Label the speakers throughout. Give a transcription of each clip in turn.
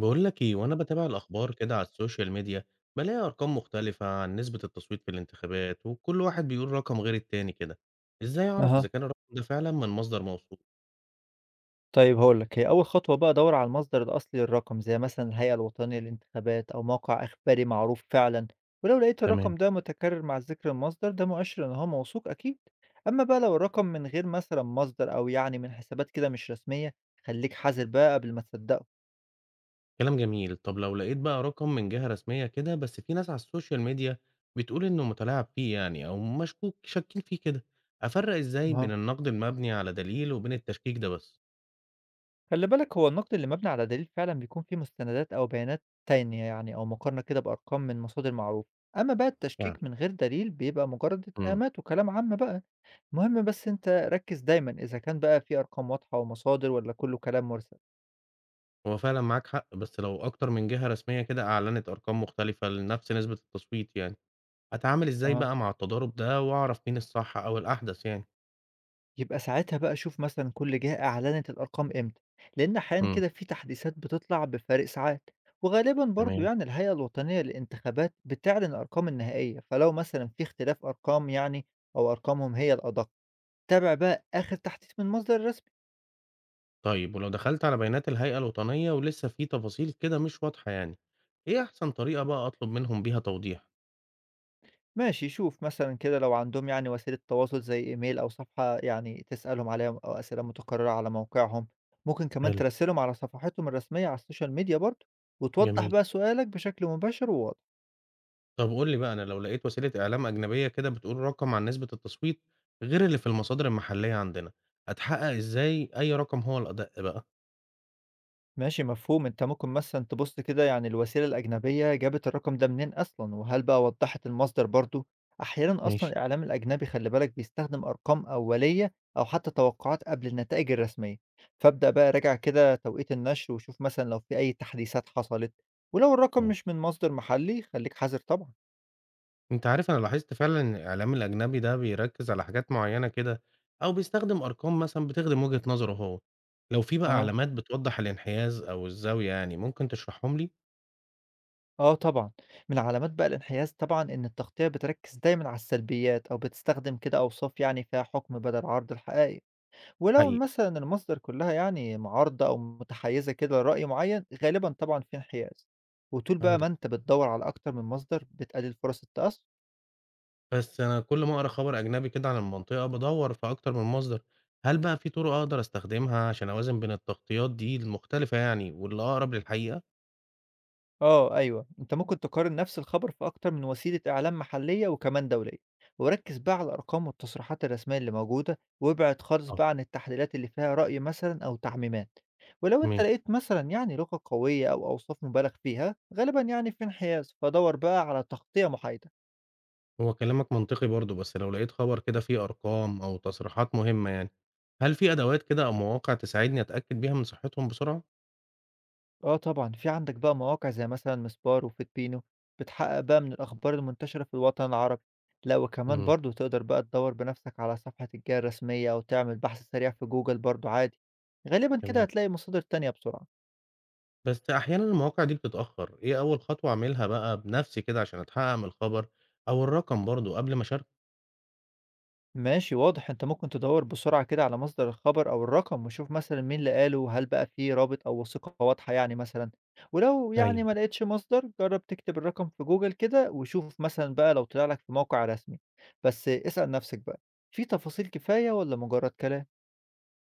Speaker 1: بقول لك ايه، وانا بتابع الاخبار كده على السوشيال ميديا بلاقي ارقام مختلفة عن نسبة التصويت في الانتخابات، وكل واحد بيقول رقم غير التاني كده. ازاي اعرف
Speaker 2: أها،
Speaker 1: اذا كان الرقم ده فعلا من مصدر موثوق؟
Speaker 2: طيب هاقول لك، هي أول خطوة بقى دَوّر على المصدر الأصلي للرقم، زي مثلًا الهيئة الوطنية للانتخابات أو موقع إخباري معروف فعلًا، ولو لقيت الرقم
Speaker 1: تمام.
Speaker 2: ده متكرر مع ذكر المصدر ده مؤشر إن هو موثوق أكيد، أما بقى لو الرقم من غير مثلًا مصدر أو يعني من حسابات كده مش رسمية، خلّيك حذر بقى قبل ما تصدّقه.
Speaker 1: كلام جميل. طب لو لقيت بقى رقم من جهة رسمية كده، بس في ناس على السوشيال ميديا بتقول انه متلاعب فيه يعني او مشكوك شاكين فيه كده، افرق ازاي بين
Speaker 2: أها.
Speaker 1: النقد المبني على دليل وبين التشكيك ده بس؟
Speaker 2: خلّي بالك هو النقد اللي مبني على دليل فعلًا بيكون فيه مستندات أو بيانات تانية يعني أو مقارنة كده بأرقام من مصادر معروفة، أما بقى
Speaker 1: فعلا.
Speaker 2: التشكيك من غير دليل بيبقى مجرد
Speaker 1: امم
Speaker 2: اتهامات وكلام عام بقى. المهم بس أنت ركّز دايمًا إذا كان بقى في أرقام واضحة ومصادر والّا كُلّه كلام مُرسل.
Speaker 1: هو فعلا معاك حق، بس لو اكتر من جهة رسمية كده اعلنت ارقام مختلفة لنفس نسبة التصويت يعني، أتعامل إزاي
Speaker 2: أها.
Speaker 1: بقى مع التضارب ده وأعرف مين الصح أو الأحدث يعني؟
Speaker 2: يبقى ساعتها بقى شوف مثلًا كل جهة أعلنت الأرقام إمتى، لإن أحيانًا
Speaker 1: امم.
Speaker 2: كده في تحديثات بتطلع بفارق ساعات، وغالبًا برضه
Speaker 1: تمام.
Speaker 2: يعني الهيئة الوطنية للانتخابات بتعلن الأرقام النهائية، فلو مثلًا في اختلاف أرقام يعني أو أرقامهم هي الأدق، تابع بقى آخر تحديث من مصدر رسمي.
Speaker 1: طيب ولو دخلت على بيانات الهيئة الوطنية ولسه في تفاصيل كده مش واضحة يعني، إيه أحسن طريقة بقى أطلب منهم بيها توضيح؟
Speaker 2: ماشي، شوف مثلًا كده لو عندهم يعني وسيلة تواصل زي إيميل أو صفحة يعني تسألهم عليها أو أسئلة متكررة على موقعهم، ممكن كمان
Speaker 1: حلو.
Speaker 2: تراسلهم على صفحتهم الرسمية على السوشيال ميديا برضه، وتوضّح
Speaker 1: جميل.
Speaker 2: بقى سؤالك بشكل مباشر وواضح.
Speaker 1: طب قول لي بقى، أنا لو لقيت وسيلة إعلام أجنبية كده بتقول رقم عن نسبة التصويت غير اللي في المصادر المحلية عندنا، أتحقق إزاي أي رقم هو الأدق بقى؟
Speaker 2: ماشي مفهوم. انت ممكن مثلا تبص كده يعني الوسيلة الأجنبية جابت الرقم ده منين أصلا وهل بقى وضحت المصدر برضو. أحيانا أصلا
Speaker 1: ماشي.
Speaker 2: الإعلام الأجنبي خلي بالك بيستخدم أرقام أولية أو حتى توقعات قبل النتائج الرسمية، فابدأ بقى راجع كده توقيت النشر وشوف مثلا لو في أي تحديثات حصلت، ولو الرقم مش من مصدر محلي خليك حذر طبعا.
Speaker 1: أنت عارف أنا لاحظت فعلًا إن الإعلام الأجنبي ده بيركّز على حاجات معيّنة كده، أو بيستخدم أرقام مثلًا بتخدم وجهة نظره هو. لو في بقى
Speaker 2: اه.
Speaker 1: علامات بتوضّح الانحياز أو الزاوية يعني، ممكن تشرحهم لي؟
Speaker 2: اه طبعا. من علامات بقى الانحياز طبعا ان التغطية بتركز دايما على السلبيات او بتستخدم كده اوصاف يعني فيها حكم بدل العرض الحقيقي، ولو
Speaker 1: حقيقة.
Speaker 2: مثلًا المصادر كلّها يعني معارضة أو متحيّزة كده لرأي معيّن، غالبًا طبعًا في انحياز. وطول بقى
Speaker 1: عندك
Speaker 2: ما
Speaker 1: حق.
Speaker 2: أنت بتدوّر على أكتر من مصدر بتقلل فرص التأثّر.
Speaker 1: بس أنا كل ما أقرا خبر أجنبي كده عن المنطقة بادوّر في أكتر من مصدر. هل بقى في طرق أقدر أستخدمها عشان أوازن بين التغطيات دي المختلفة يعني واللي أقرب للحقيقة؟
Speaker 2: آه، أيوه، أنت ممكن تقارن نفس الخبر في أكتر من وسيلة إعلام محلية وكمان دولية، وركّز بقى على الأرقام والتصريحات الرسمية اللي موجودة، وابعد خالص
Speaker 1: آه.
Speaker 2: بقى عن التحليلات اللي فيها رأي مثلًا أو تعميمات. ولو أنت
Speaker 1: ماشي.
Speaker 2: لقيت مثلًا يعني لغة قوية أو أوصاف مبالغ فيها، غالبًا يعني في انحياز، فدوّر بقى على تغطية محايدة.
Speaker 1: هو كلامك منطقي برضه، بس لو لقيت خبر كده فيه أرقام أو تصريحات مهمة يعني، هل في أدوات كده أو مواقع تساعدني أتأكد بيها من صحتهم بسرعة؟
Speaker 2: آه طبعًا، في عندك بقى مواقع زي مثلًا مسبار وفوتبينو بتحقق بقى من الأخبار المنتشرة في الوطن العربي، لأ وكمان
Speaker 1: امم.
Speaker 2: برضه تقدر بقى تدوّر بنفسك على صفحة الجهة الرسمية أو تعمل بحث سريع في جوجل برضه عادي، غالبًا كده
Speaker 1: تمام.
Speaker 2: هتلاقي مصادر تانية بسرعة.
Speaker 1: بس أحيانا المواقع دي بتتأخر، إيه أول خطوة أعملها بقى بنفسي كده عشان أتحقق من الخبر أو الرقم برضه قبل ما أشاركه؟
Speaker 2: ماشي واضح. انت ممكن تدور بسرعة كده على مصدر الخبر او الرقم وشوف مثلا مين اللي قاله، هل بقى فيه رابط او وثيقة واضحة يعني مثلا. ولو يعني
Speaker 1: ايوه.
Speaker 2: ما لقيتش مصدر جرب تكتب الرقم في جوجل كده وشوف مثلا بقى لو طلع لك في موقع رسمي. بس اسأل نفسك بقى، في تفاصيل كفاية ولا مجرد كلام؟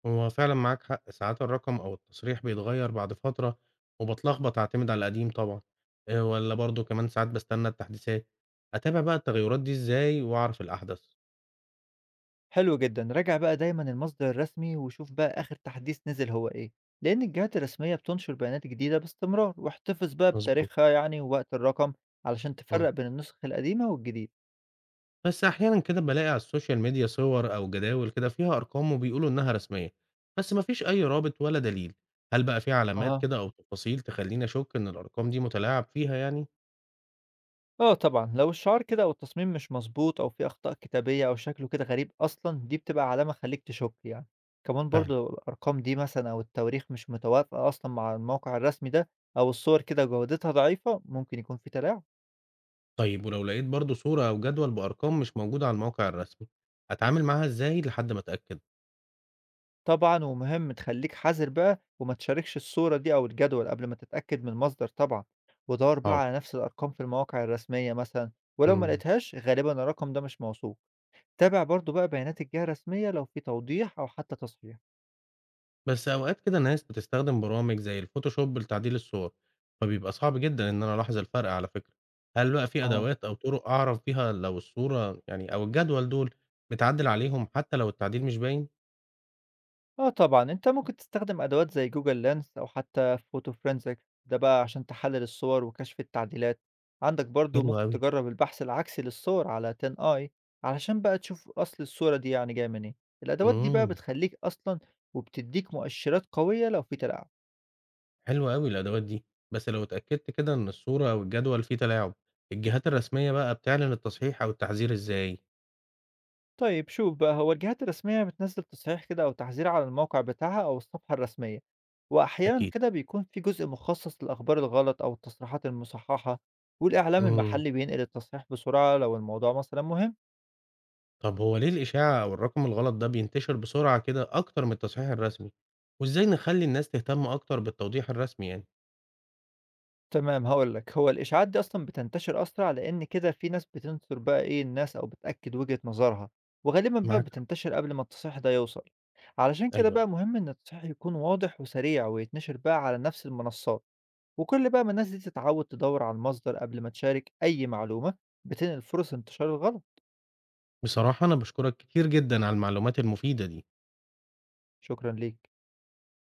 Speaker 1: هو فعلا معاك حق، ساعات الرقم أو التصريح بيتغير بعد فترة وبتلخبط أعتمد على القديم طبعا، إيه ولا برضه كمان ساعات بستنى التحديثات، أتابع بقى التغيرات دي إزاي وأعرف الأحدث؟
Speaker 2: حلو جدا. راجع بقى دايما المصدر الرسمي وشوف بقى اخر تحديث نزل هو ايه، لان الجهات الرسمية بتنشر بيانات جديدة باستمرار، واحتفظ بقى
Speaker 1: مظبوط.
Speaker 2: بتاريخها يعني ووقت الرقم علشان
Speaker 1: مم.
Speaker 2: تفرق بين النسخ القديمة والجديدة.
Speaker 1: بس أحيانا كده بلاقي على السوشيال ميديا صور أو جداول كده فيها أرقام وبيقولوا إنها رسمية، بس مفيش أي رابط ولا دليل. هل بقى في علامات
Speaker 2: أها.
Speaker 1: كده أو تفاصيل تخليني أشك إن الأرقام دي متلاعب فيها يعني؟
Speaker 2: آه طبعًا، لو الشعار كده أو التصميم مش مضبوط أو في أخطاء كتابية أو شكله كده غريب أصلًا، دي بتبقى علامة خلّيك تشُك يعني. كمان برضه
Speaker 1: فعلا.
Speaker 2: لو الأرقام دي مثلًا أو التواريخ مش متوافقة أصلًا مع الموقع الرسمي ده، أو الصور كده جودتها ضعيفة، ممكن يكون في تلاعب.
Speaker 1: طيب ولو لقيت برضو صورة أو جدول بأرقام مش موجودة على الموقع الرسمي، هتعامل معاها إزاي لحد ما أتأكد؟
Speaker 2: طبعًا ومهم تخلّيك حذر بقى وما تشاركش الصورة دي أو الجدول قبل ما تتأكد من المصدر طبعًا، ودوّر بقى
Speaker 1: حاضر.
Speaker 2: على نفس الأرقام في المواقع الرسمية مثلًا، ولو ما
Speaker 1: مم.
Speaker 2: لقيتهاش غالبًا الرقم ده مش موثوق. تابع برضه بقى بيانات الجهة الرسمية لو في توضيح أو حتى تصحيح.
Speaker 1: بس أوقات كده ناس بتستخدم برامج زي الفوتوشوب لتعديل الصور، فبيبقى صعب جدا إن أنا ألاحظ الفرق على فكرة. هل بقى في
Speaker 2: آه.
Speaker 1: أدوات أو طرق أعرف بيها لو الصورة يعني أو الجدول دول متعدل عليهم حتى لو التعديل مش باين؟
Speaker 2: آه طبعًا، أنت ممكن تستخدم أدوات زي Google Lens أو حتى Photo Forensic، ده بقى عشان تحلل الصور وكشف التعديلات، عندك برضه
Speaker 1: حلو
Speaker 2: ممكن
Speaker 1: أوي.
Speaker 2: تجرّب البحث العكسي للصور على TinEye علشان بقى تشوف أصل الصورة دي يعني جاية منين، الأدوات دي بقى
Speaker 1: امم.
Speaker 2: بتخلّيك أصلًا وبتدّيك مؤشرات قوية لو في تلاعب.
Speaker 1: حلو أوي الأدوات دي. بس لو اتأكدت كده إن الصورة أو الجدول فيه تلاعب، الجهات الرسمية بقى بتعلن التصحيح أو التحذير إزاي؟
Speaker 2: طيب شوف بقى، هو الجهات الرسمية بتنزل تصحيح كده أو تحذير على الموقع بتاعها أو الصفحة الرسمية، وأحيانا
Speaker 1: أكيد.
Speaker 2: كده بيكون في جزء مخصص للأخبار الغلط أو التصريحات المصححة، والإعلام
Speaker 1: امم
Speaker 2: المحلي بينقل التصحيح بسرعة لو الموضوع مثلا مهم.
Speaker 1: طب هو ليه الإشاعة أو الرقم الغلط ده بينتشر بسرعة كده أكتر من التصحيح الرسمي؟ وإزاي نخلي الناس تهتم أكتر بالتوضيح الرسمي يعني؟
Speaker 2: تمام هقول لك، هو الإشاعات دي أصلا بتنتشر أسرع لأن كده في ناس بتنشر بقى إيه الناس أو بتأكد وجهة نظرها، وغالبا بقى
Speaker 1: معاك حق.
Speaker 2: بتنتشر قبل ما التصحيح ده يوصل. علشان كده
Speaker 1: أيوه.
Speaker 2: بقى مهم إن التصحيح يكون واضح وسريع ويتنشر بقى على نفس المنصات، وكل بقى ما الناس دي تتعود تدور على المصدر قبل ما تشارك أي معلومة بتنقل فرص انتشار الغلط.
Speaker 1: بصراحة أنا بشكرك كتير جدا على المعلومات المفيدة دي.
Speaker 2: شكرا ليك.